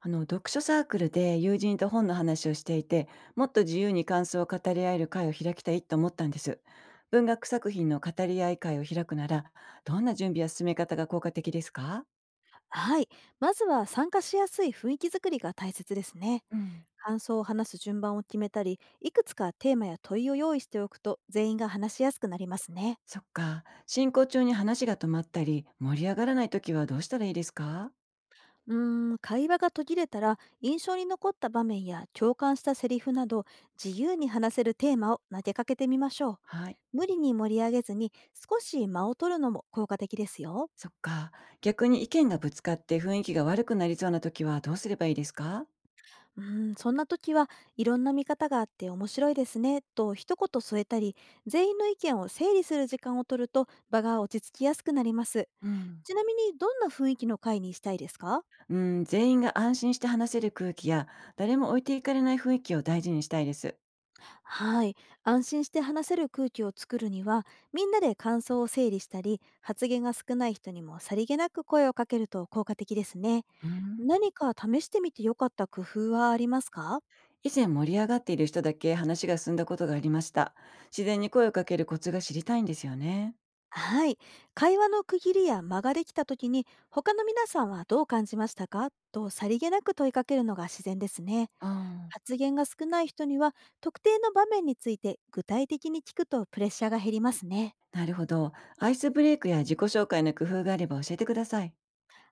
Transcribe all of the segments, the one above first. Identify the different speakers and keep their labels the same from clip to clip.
Speaker 1: 読書サークルで友人と本の話をしていて、もっと自由に感想を語り合える会を開きたいと思ったんです。文学作品の語り合い会を開くなら、どんな準備や進め方が効果的ですか？
Speaker 2: はい。まずは参加しやすい雰囲気づくりが大切ですね。
Speaker 1: うん、
Speaker 2: 感想を話す順番を決めたり、いくつかテーマや問いを用意しておくと全員が話しやすくなりますね。
Speaker 1: そっか、進行中に話が止まったり盛り上がらない時はどうしたらいいですか？
Speaker 2: う会話が途切れたら印象に残った場面や共感したセリフなど自由に話せるテーマを投げかけてみましょう。
Speaker 1: はい。
Speaker 2: 無理に盛り上げずに少し間を取るのも効果的ですよ。
Speaker 1: そっか、逆に意見がぶつかって雰囲気が悪くなりそうな時はどうすればいいですか？
Speaker 2: そんな時はいろんな見方があって面白いですねと一言添えたり、全員の意見を整理する時間を取ると場が落ち着きやすくなります。
Speaker 1: うん、
Speaker 2: ちなみに、どんな雰囲気の会にしたいですか？
Speaker 1: うん、全員が安心して話せる空気や誰も置いていかれない雰囲気を大事にしたいです。
Speaker 2: はい。安心して話せる空気を作るには、みんなで感想を整理したり、発言が少ない人にもさりげなく声をかけると効果的ですね。
Speaker 1: うん。
Speaker 2: 何か試してみて良かった工夫はありますか？
Speaker 1: 以前盛り上がっている人だけ話が進んだことがありました。自然に声をかけるコツが知りたいんですよね。
Speaker 2: はい。会話の区切りや間ができた時に、他の皆さんはどう感じましたかとさりげなく問いかけるのが自然ですね。
Speaker 1: ああ、
Speaker 2: 発言が少ない人には、特定の場面について具体的に聞くとプレッシャーが減りますね。
Speaker 1: なるほど。アイスブレイクや自己紹介の工夫があれば教えてください。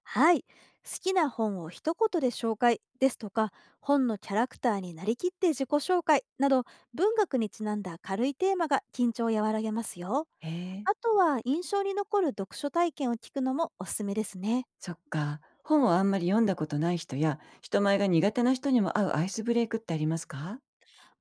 Speaker 2: はい。好きな本を一言で紹介ですとか、本のキャラクターになりきって自己紹介など、文学にちなんだ軽いテーマが緊張を和らげますよ。
Speaker 1: へえ。
Speaker 2: あとは印象に残る読書体験を聞くのもおすすめですね。
Speaker 1: そっか。本をあんまり読んだことない人や、人前が苦手な人にも合うアイスブレイクってありますか？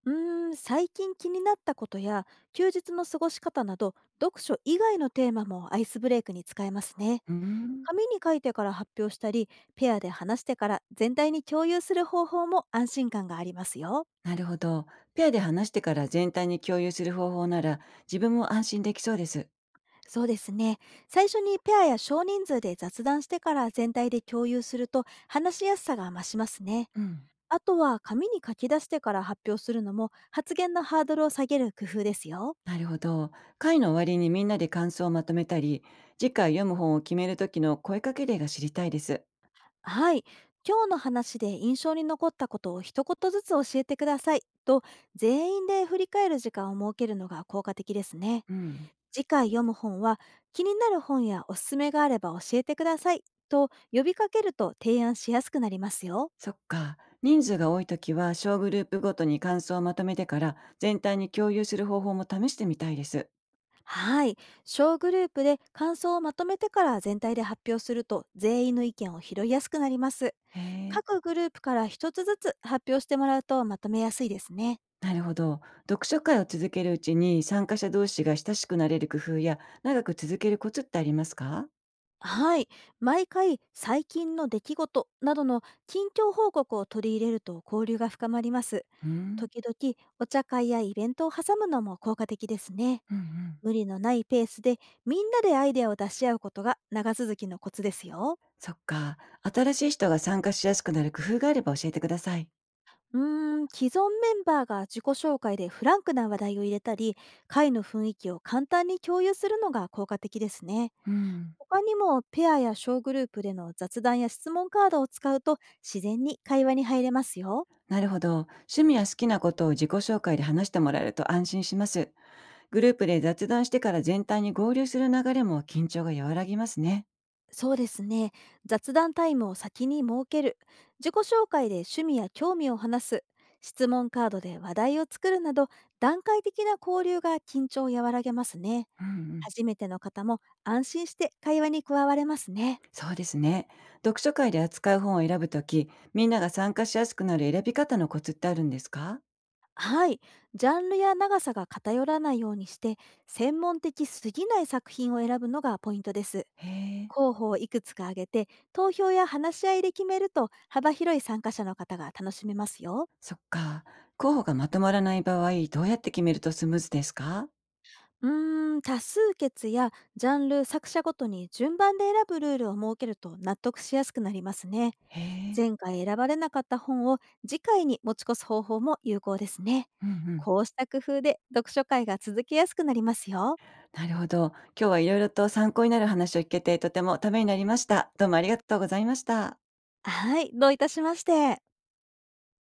Speaker 2: う最近気になったことや休日の過ごし方など、読書以外のテーマもアイスブレイクに使えますね。
Speaker 1: うーん。
Speaker 2: 紙に書いてから発表したり、ペアで話してから全体に共有する方法も安心感がありますよ。
Speaker 1: なるほど。ペアで話してから全体に共有する方法なら、自分も安心できそうです。
Speaker 2: そうですね。最初にペアや少人数で雑談してから全体で共有すると話しやすさが増しますね。
Speaker 1: うん、
Speaker 2: あとは紙に書き出してから発表するのも発言のハードルを下げる工夫ですよ。
Speaker 1: なるほど。会の終わりにみんなで感想をまとめたり、次回読む本を決める時の声かけ例が知りたいです。
Speaker 2: はい。今日の話で印象に残ったことを一言ずつ教えてくださいと、全員で振り返る時間を設けるのが効果的ですね。
Speaker 1: うん。
Speaker 2: 次回読む本は、気になる本やおすすめがあれば教えてくださいと呼びかけると提案しやすくなりますよ。
Speaker 1: そっか。人数が多い時は小グループごとに感想をまとめてから全体に共有する方法も試してみたいです。
Speaker 2: はい。小グループで感想をまとめてから全体で発表すると全員の意見を拾いやすくなります。
Speaker 1: へえ。
Speaker 2: 各グループから一つずつ発表してもらうとまとめやすいですね。
Speaker 1: なるほど。読書会を続けるうちに参加者同士が親しくなれる工夫や長く続けるコツってありますか？
Speaker 2: はい。毎回、最近の出来事などの近況報告を取り入れると交流が深まります。
Speaker 1: うん。
Speaker 2: 時々、お茶会やイベントを挟むのも効果的ですね。
Speaker 1: うんうん。
Speaker 2: 無理のないペースで、みんなでアイデアを出し合うことが長続きのコツですよ。
Speaker 1: そっか。新しい人が参加しやすくなる工夫があれば教えてください。
Speaker 2: 既存メンバーが自己紹介でフランクな話題を入れたり、会の雰囲気を簡単に共有するのが効果的ですね。
Speaker 1: うん。
Speaker 2: 他にもペアや小グループでの雑談や質問カードを使うと自然に会話に入れますよ。
Speaker 1: なるほど。趣味や好きなことを自己紹介で話してもらえると安心します。グループで雑談してから全体に合流する流れも緊張が和らぎますね。
Speaker 2: そうですね。雑談タイムを先に設ける、自己紹介で趣味や興味を話す、質問カードで話題を作るなど、段階的な交流が緊張を和らげますね。
Speaker 1: うんうん。
Speaker 2: 初めての方も安心して会話に加われますね。
Speaker 1: そうですね。読書会で扱う本を選ぶとき、みんなが参加しやすくなる選び方のコツってあるんですか？
Speaker 2: はい。ジャンルや長さが偏らないようにして、専門的すぎない作品を選ぶのがポイントです。
Speaker 1: へえ、
Speaker 2: 候補をいくつか挙げて、投票や話し合いで決めると幅広い参加者の方が楽しめますよ。
Speaker 1: そっか。候補がまとまらない場合、どうやって決めるとスムーズですか？
Speaker 2: 多数決やジャンル、作者ごとに順番で選ぶルールを設けると納得しやすくなりますね。
Speaker 1: へえ、
Speaker 2: 前回選ばれなかった本を次回に持ち越す方法も有効ですね。
Speaker 1: うんうん。
Speaker 2: こうした工夫で読書会が続けやすくなりますよ。
Speaker 1: なるほど。今日はいろいろと参考になる話を聞けてとてもためになりました。どうもありがとうございました。
Speaker 2: はい、どういたしまして。